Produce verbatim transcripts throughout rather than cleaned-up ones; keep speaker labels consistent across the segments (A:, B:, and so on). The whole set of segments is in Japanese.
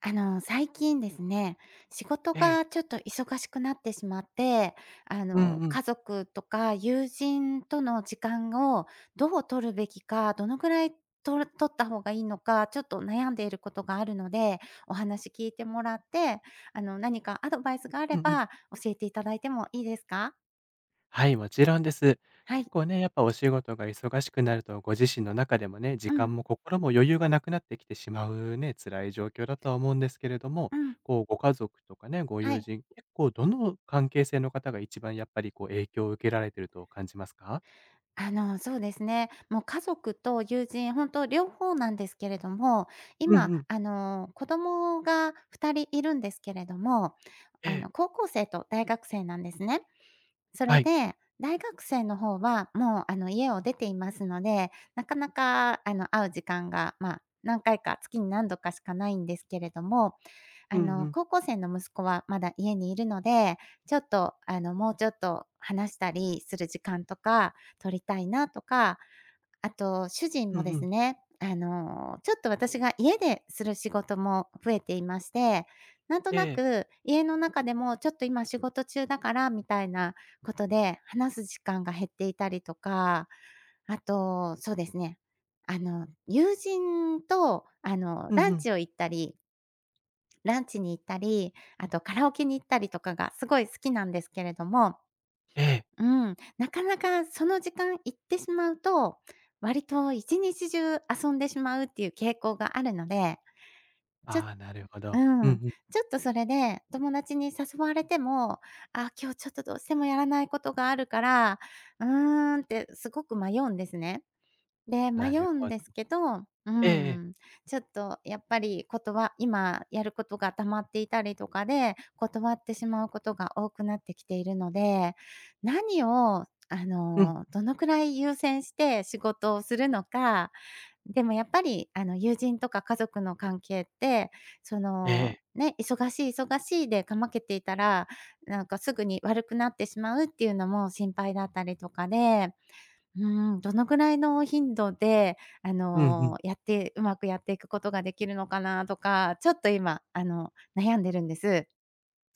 A: あの、最近ですね、仕事
B: ええ。
A: がちょっと忙しくなってしまって、あ
B: うん
A: の、
B: うん。
A: 家族とか友人との時間をどう取るべきか、どのぐらいと取った方がいいのか、ちょっと悩んでいることがあるので、お話聞いてもらって、あの、何かアドバイスがあ
B: う
A: れ
B: んうん。
A: ば教えていただいてもいいですか？
B: はい、もちろんです。
A: は
B: 結
A: い。
B: 構ね、やっぱお仕事が忙しくなると、ご自身の中でもね、時
A: うん、
B: 間も心も余裕がなくなってきてしまうね、辛い状況だとは思うんですけれども、
A: うん、
B: こう、ご家族とかね、ご
A: は
B: 友
A: い。
B: 人、結構どの関係性の方が一番やっぱりこう影響を受けられてると感じますか？
A: あの、そうですね。もう家族と友人、本当両方なんですけれども、
B: うん
A: 今、
B: うん。
A: あの、子供がふたりいるんですけれども、
B: え
A: あ
B: え、
A: の、高校生と大学生なんですね。そ
B: は
A: れ
B: い。
A: で、大学生の方はもう、あの、家を出ていますので、なかなか、あの、会う時間が、まあ、何回か、月に何度かしかないんですけれども、
B: うん
A: あ
B: う
A: の、
B: ん。
A: 高校生の息子はまだ家にいるので、ちょっと、あの、もうちょっと話したりする時間とか取りたいなとか、あと主人
B: う
A: も
B: ん
A: で
B: う
A: す
B: ん。
A: ね、あの、ちょっと私が家でする仕事も増えていまして、なんと
B: え
A: な
B: え。
A: く家の中でもちょっと今仕事中だからみたいなことで話す時間が減っていたりとか、あと、そうですね、あの、友人と、あの、
B: うん
A: ラ
B: う
A: ン
B: ん。
A: チを行ったりランチに行ったり、あとカラオケに行ったりとかがすごい好きなんですけれども、
B: ええ。
A: うん、なかなかその時間行ってしまうと、割と一日中遊んでしまうっていう傾向があるので、ちょっ
B: ああ、なるほ
A: う
B: ど。うんう
A: ん、
B: ん。
A: ちょっとそれで友達に誘われても、「あ、今日ちょっとどうしてもやらないことがあるから、うーん」ってすごく迷うんですね。で、
B: な
A: 迷
B: る
A: う
B: ほ
A: ん
B: ど。
A: ですけど、う
B: ええ。
A: ん、ちょっとやっぱりこ今やることが溜まっていたりとかで、断ってしまうことが多くなってきているので、何をあ
B: うん。
A: の、どのくらい優先して仕事をするのか、でもやっぱりあの、友人とか家族の関係って、そ
B: え
A: の、
B: え。
A: ね、忙しい忙しいでかまけていたら、なんかすぐに悪くなってしまうっていうのも心配だったりとかでうん、どのぐらいの頻度で、あ
B: うんうん。
A: の、やってうまくやっていくことができるのかなとか、ちょっと今、あの、悩んでるんです。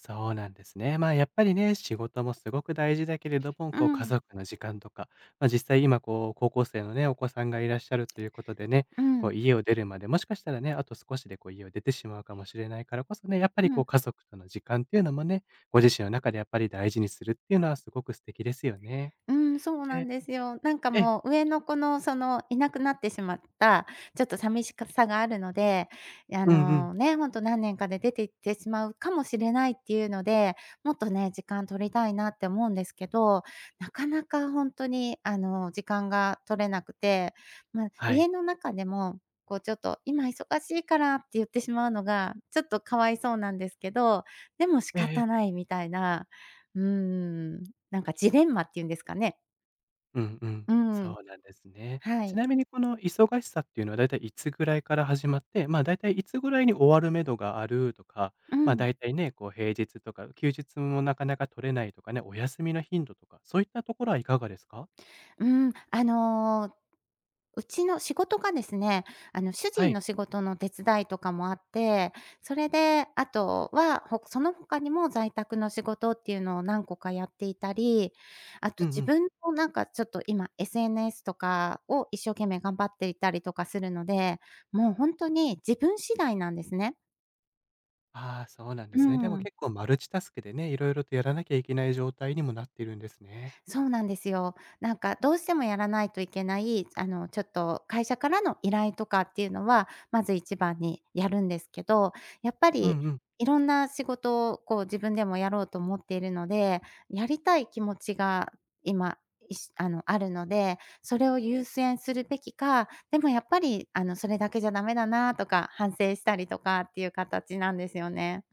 B: そうなんですね。まあ、やっぱりね、仕事もすごく大事だけれども、
A: う
B: こう、家
A: ん、
B: 族の時間とか、まあ、実際今、こう、高校生のね、お子さんがいらっしゃるということでね、
A: う
B: こ
A: ん、
B: う、家を出るまで、もしかしたらね、あと少しでこう、家を出てしまうかもしれないからこそね、やっぱり
A: う
B: こう、
A: ん。
B: 家族との時間っていうのもね、ご自身の中でやっぱり大事にするっていうのはすごく素敵ですよね。
A: うん、そうな
B: で
A: んですよ。なんか
B: ええ、
A: もう上の子のそのいなくなってしまった、ちょっと寂しかさがあるので、あ
B: うんうん。
A: のね、ほんと何年かで出て行ってしまうかもしれないっていうので、もっとね、時間取りたいなって思うんですけど、なかなかほんとにあの時間が取れなくて、ま、
B: はい。
A: 家の中でも、こうちょっと今忙しいからって言ってしまうのが、ちょっとかわいそうなんですけど、でも仕
B: えええ
A: 方
B: え。
A: ないみたいな、うーん。なんかジレンマっていうんですかね。
B: うんうん。
A: うん、
B: そうなんですね。
A: は
B: ち
A: い。
B: なみにこの忙しさっていうのはだいたいいつぐらいから始まって、まあ、だいたいいつぐらいに終わるめどがあるとか、
A: う
B: まあ、
A: ん、
B: だいたいね、こう平日とか休日もなかなか取れないとかね、お休みの頻度とか、そういったところはいかがですか？
A: うん、あの、うちの仕事がですね、あの、主
B: は
A: 人
B: い。
A: の仕事の手伝いとかもあって、それで、あとは、ほその他にも在宅の仕事っていうのを何個かやっていたり、あ
B: うん
A: と
B: う
A: 自
B: ん。
A: 分のなんかちょっと今 エスエヌエス とかを一生懸命頑張っていたりとかするので、もう本当に自分次第なんですね。
B: ああ、そうなんで
A: う
B: すね。でも
A: ん
B: 結構マルチタスクでね、いろいろとやらなきゃいけない状態にもなっているんですね。
A: そうなんですよ。なんかどうしてもやらないといけない、あの、ちょっと会社からの依頼とかっていうのは、まず一番にやるんですけど、やっぱ
B: う
A: り
B: んうん。
A: いろんな仕事をこう自分でもやろうと思っているので、やりたい気持ちが今、いしあの、あるので、それを優先するべきか、でもやっぱり、あの、それだけじゃダメだなとか、反省したりとかっていう形なんですよね。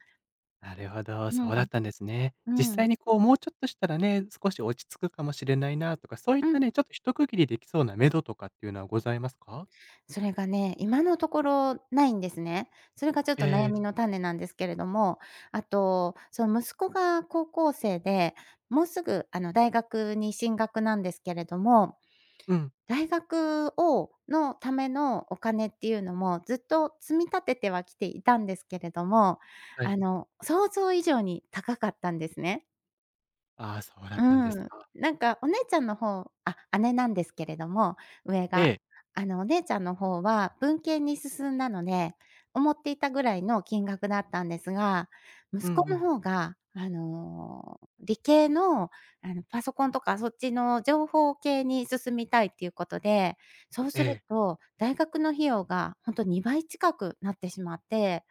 B: なるほど、
A: う
B: そうだっ
A: ん、
B: たんですね。実
A: うん。
B: 際にこう、もうちょっとしたらね、少し落ち着くかもしれないなとか、そういっ
A: うん。
B: たね、ちょっと一区切りできそうな目処とかっていうのはございますか？
A: それがね、今のところないんですね。それがちょっ
B: え
A: と悩
B: え、
A: みの種なんですけれども、あと、その息子が高校生で、もうすぐあの大学に進学なんですけれども、
B: うん、
A: 大学をのためのお金っていうのもずっと積み立ててはきていたんですけれども、
B: は
A: あ
B: い。
A: の、想像以上に高かったんですね。
B: ああ、そうだ
A: う
B: ったんです
A: ん。
B: か。
A: なんかお姉ちゃんの方あ、姉なんですけれども、上
B: え
A: が。
B: え、
A: あの、お姉ちゃんの方は文系に進んだので、思っていたぐらいの金額だったんですが、
B: うん
A: 息
B: う
A: 子の
B: ん、
A: 方が、あの、理系の、あの、パソコンとかそっちの情報系に進みたいっていうことで、そう
B: え
A: する
B: え、
A: と大学の費用がほんとにばい近くなってしまって。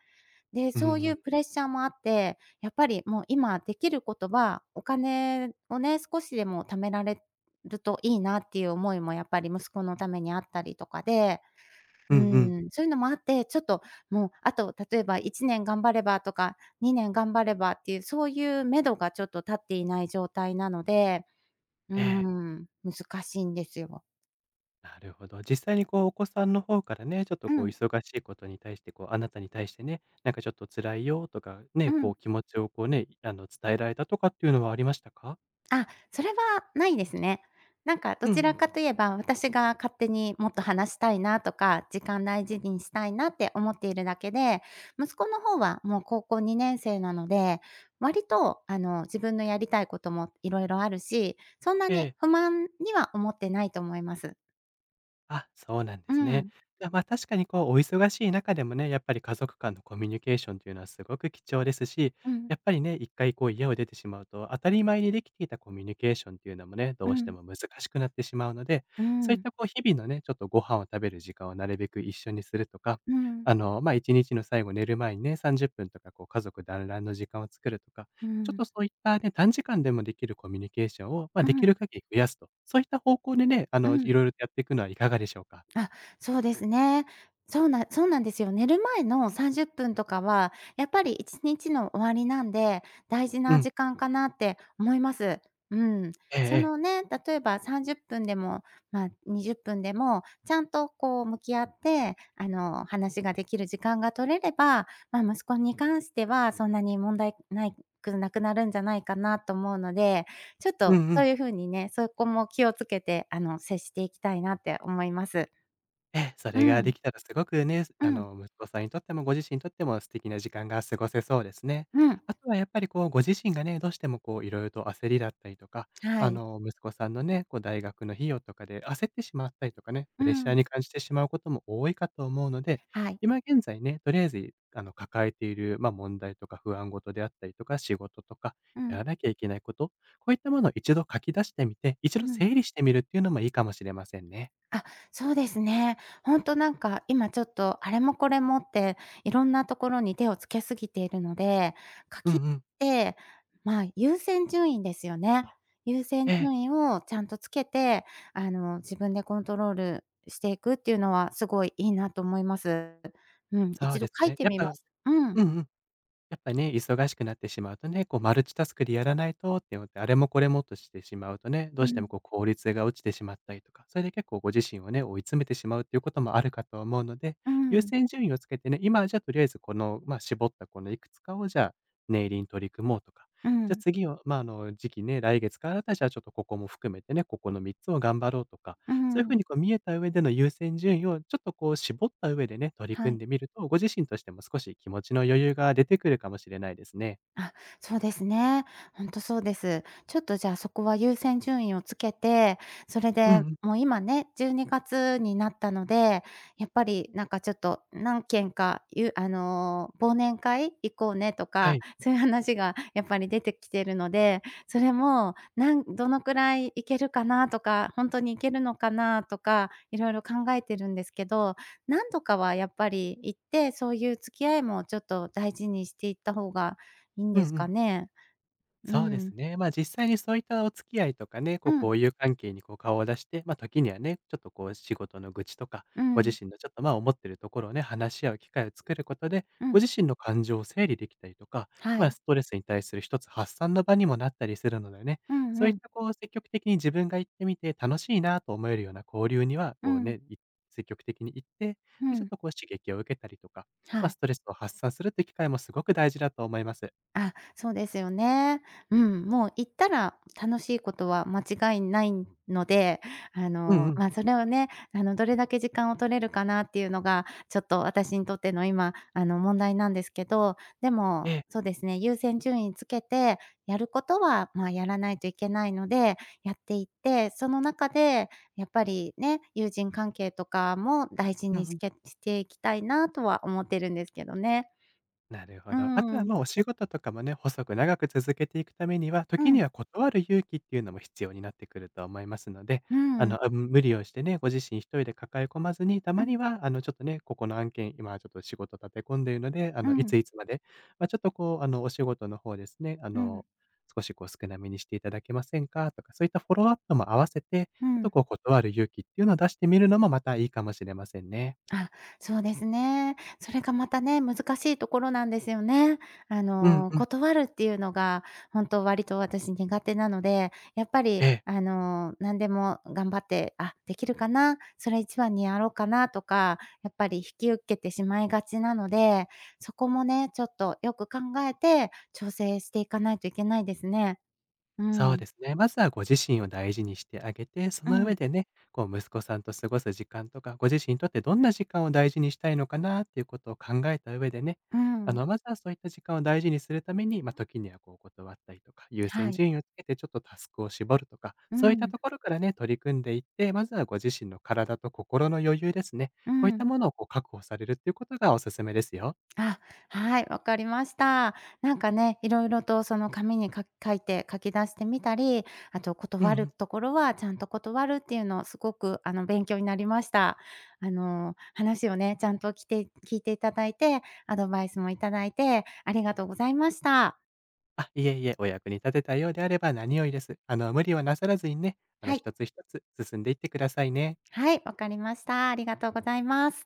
A: で、
B: うんう
A: そういう
B: ん、
A: プレッシャーもあって、やっぱりもう今できることは、お金をね、少しでも貯められるといいなっていう思いもやっぱり息子のためにあったりとかで、
B: う
A: う
B: んうん、
A: ん、そういうのもあって、ちょっともうあと例えばいちねん頑張ればとか、にねん頑張ればっていう、そういう目処がちょっと立っていない状態なので、う
B: ええ、
A: ん、難しいんですよ。
B: なるほど。実際にこう、お子さんの方からね、ちょっと
A: う
B: こう
A: ん、
B: 忙しいことに対して、こう、あなたに対してね、なんかちょっと辛いよとか、
A: う
B: ね、こ
A: ん。
B: う気持ちをこうね、あの伝えられたとかっていうのはありましたか？
A: あ、それはないですね。なんかど
B: うんう
A: ちら
B: ん、
A: かといえば、私が勝手にもっと話したいなとか、時間大事にしたいなって思っているだけで、息子の方はもう高校にねん生なので、割とあの、自分のやりたいこともいろいろあるし、そんな
B: え
A: に
B: え。
A: 不満には思ってないと思います。
B: あ、そうなんで
A: う
B: すね。
A: ん。
B: じゃあ、ま、確かにこう、お忙しい中でもね、やっぱり家族間のコミュニケーションというのはすごく貴重ですし、
A: うん。
B: やっぱりね、いっかいこう家を出てしまうと、当たり前にできていたコミュニケーションっていうのもね、ど
A: う
B: うして
A: ん。
B: も難しくなってしまうので、
A: う
B: そういっ
A: ん。
B: たこう日々のね、ちょっとご飯を食べる時間をなるべく一緒にするとか、
A: うん。
B: あの、ま、いちにちの最後寝る前にね、さんじゅっぷんとかこう家族団らんの時間を作るとか、
A: う
B: ちょっ
A: ん。
B: とそういったね、短時間でもできるコミュニケーションを、まあ、
A: う
B: で
A: ん。う
B: きる
A: ん。
B: 限り増やすと、そういった方向でね、あ
A: う
B: の、
A: ん。
B: いろいろとやっていくのはいかがでしょうか？
A: あ、そうですね。そうなそうなんですよ。寝る前のさんじゅっぷんとかは、やっぱりいちにちの終わりなんで、大事
B: う
A: な
B: ん。
A: 時間かなって思います。うん。
B: ええ
A: そ
B: ええ。
A: のね、例えばさんじゅっぷんでも、まあ、にじゅっぷんでも、ちゃんとこう向き合って、あの、話ができる時間が取れれば、まあ、息子に関してはそんなに問題ないくなくなるんじゃないかなと思うので、ちょっ
B: う
A: と
B: んう
A: そう
B: ん。
A: いう風にね、そこも気をつけて、あの、接していきたいなって思います。
B: ええ、そ
A: う
B: れがで
A: ん、
B: きたらすごくね、
A: う
B: あ
A: ん、
B: の、息子さんにとってもご自身にとっても素敵な時間が過ごせそうですね。
A: うん。
B: あとはやっぱりこう、ご自身がね、どうしてもこう、いろいろと焦りだったりとか、
A: は
B: あ
A: い。
B: の、息子さんのね、こう、大学の費用とかで焦ってしまったりとかね、プ
A: う
B: レッシャー
A: ん。
B: に感じてしまうことも多いかと思うので、
A: はい。
B: 今現在ね、とりあえず、あの、抱えている、まあ、問題とか不安事であったりとか、仕事とか、
A: う
B: や
A: ん。
B: らなきゃいけないこと、こういったものを一度書き出してみて、一
A: う
B: 度
A: ん。
B: 整理してみるっていうのもいいかもしれませんね。
A: あ、そうですね。ほんとなんか、今ちょっと、あれもこれもって、いろんなところに手をつけすぎているので、書
B: う
A: きっ
B: んうん。
A: て、まあ、優先順位ですよね。優
B: え
A: 先
B: え。
A: 順位をちゃんとつけて、あの、自分でコントロールしていくっていうのは、すごいいいなと思います。うん、
B: そう
A: 一
B: で
A: 度
B: す
A: 書い
B: ね。
A: て
B: やっ
A: みま
B: ぱ
A: す。うん。
B: うんうん。やっぱね、忙しくなってしまうとね、こうマルチタスクでやらないとって思って、あれもこれもとしてしまうとね、ど
A: う
B: うして
A: ん。
B: もこう効率が落ちてしまったりとか、それで結構ご自身をね、追い詰めてしまうっていうこともあるかと思うので、
A: う
B: 優
A: ん。
B: 先順位をつけてね、今はじゃあとりあえずこの、ま、絞ったこのいくつかをじゃあ、念入りに取り組もうとか、
A: う
B: じゃあ
A: ん。
B: 次をま、ああの、時期ね、来月からだったらじゃあちょっとここも含めてね、ここのみっつを頑張ろうとか
A: う
B: そういう風
A: ん。
B: にこう見えた上での優先順位をちょっとこう絞った上でね、取り
A: は
B: 組ん
A: い。
B: でみると、ご自身としても少し気持ちの余裕が出てくるかもしれないですね。
A: あ、そうですね。ほんとそうです。ちょっとじゃあそこは優先順位をつけて、それ
B: うんう
A: で、
B: ん。
A: もう今ね、じゅうにがつにがつになったので、やっぱりなんかちょっと何件か、ゆあの、忘年会行こうねと
B: は
A: か、
B: い。
A: そういう話がやっぱり出てきてるので、それも、なんどのくらい行けるかなとか、本当に行けるのかなとか、いろいろ考えてるんですけど、何度かはやっぱり行って、そういう付き合いもちょっと大事にしていった方がいいん
B: うん
A: です
B: う
A: か
B: ん。
A: ね？う
B: そうで
A: ん。
B: すね。まあ、実際にそういったお付き合いとかね、こ
A: う
B: うこ
A: ん、
B: ういう関係にこう顔を出して、まあ、時にはね、ちょっとこう仕事の愚痴とか、
A: う
B: ご自
A: ん、
B: 身のちょっとまあ思ってるところをね、話し合う機会を作ることで、
A: う
B: ご
A: ん。
B: 自身の感情を整理できたりとか、
A: は
B: まあ、
A: い。
B: ストレスに対する一つ発散の場にもなったりするのでね、
A: う
B: そう
A: ん
B: いっ
A: うん。
B: たこう積極的に自分が行ってみて楽しいなと思えるような交流には、
A: う
B: こう
A: ん、
B: ね、い積極的に行って、
A: う
B: で、ちょっ
A: ん。
B: とこう刺激を受けたりとか、ま
A: は
B: あ、ス
A: い。
B: トレスを発散するって機会もすごく大事だと思います。
A: あ、そうですよね。うん、もう行ったら楽しいことは間違いないので、あ
B: うんう
A: の、
B: ん。
A: まあ、それをね、あの、どれだけ時間を取れるかなっていうのが、ちょっと私にとっての今、あの、問題なんですけど、で
B: え
A: も、
B: え。
A: そうですね、優先順位つけて、やることは、まあ、やらないといけないので、やっていって、その中でやっぱりね、友人関係とかも大事
B: う
A: に
B: んう
A: し
B: ん。
A: けしていきたいなとは思ってるんですけどね。
B: なるほ
A: う
B: ど。あとは、
A: ん。
B: ま、お仕事とかもね、細く長く続けていくためには、
A: う
B: 時に
A: ん、
B: は断る勇気っていうのも必要になってくると思いますので、
A: う
B: あ
A: ん。
B: の、あ、無理をしてね、ご自身一人で抱え込まずに、た
A: う
B: ま
A: ん、
B: には、あの、ちょっとね、ここの案件、今ちょっと仕事立て込んでいるので、あ
A: う
B: の、いつ
A: ん、
B: いつまで、まあ、ちょっとこう、あの、お仕事の方ですね、あ
A: う
B: の、
A: ん、
B: 少しこう少なめにしていただけませんかとか、そういったフォローアップも合わせて、ち
A: う
B: ょっと
A: ん。
B: こう断る勇気っていうのを出してみるのもまたいいかもしれませんね。
A: あ、そうですね。それがまたね、難しいところなんですよね。あ
B: うん
A: の、
B: うん。
A: 断るっていうのが、本当割と私苦手なので、やっぱ
B: え
A: り、
B: え。
A: あの、何でも頑張って、あ、できるかな、それ一番にやろうかなとか、やっぱり引き受けてしまいがちなので、そこもね、ちょっとよく考えて調整していかないといけないですね。う
B: そう
A: ん、
B: ですね。まずはご自身を大事にしてあげて、そ
A: う
B: の上
A: ん、
B: でね、こう息子さんと過ごす時間とか、ご自身にとってどんな時間を大事にしたいのかなっていうことを考えた上でね、
A: う
B: あ
A: ん。
B: の、まずはそういった時間を大事にするために、まあ、時にはこう断ったりとか、優先
A: はい。
B: 順位をつけてちょっとタスクを絞るとか、
A: う
B: そういった
A: ん、
B: ところからね、取り組んでいって、まずはご自身の体と心の余裕ですね、
A: う
B: こういった
A: ん。
B: ものをこう確保されるっていうことがおすすめですよ。
A: あ、はい、わかりました。なんかね、いろいろとその紙にか書いて書き出してみたり、あと
B: う
A: 断
B: んう
A: る
B: ん。
A: ところはちゃんと断るっていうのすごくあの勉強になりました。あの、話をね、ちゃんときて聞いていただいて、アドバイスもいただいてありがとうございました。
B: あ、いえいえ、お役に立てたようであれば何よりです。あの、無理はなさらずにね、あの、
A: はい、
B: 一つ一つ進んでいってくださいね。
A: はい、わかりました。ありがとうございます。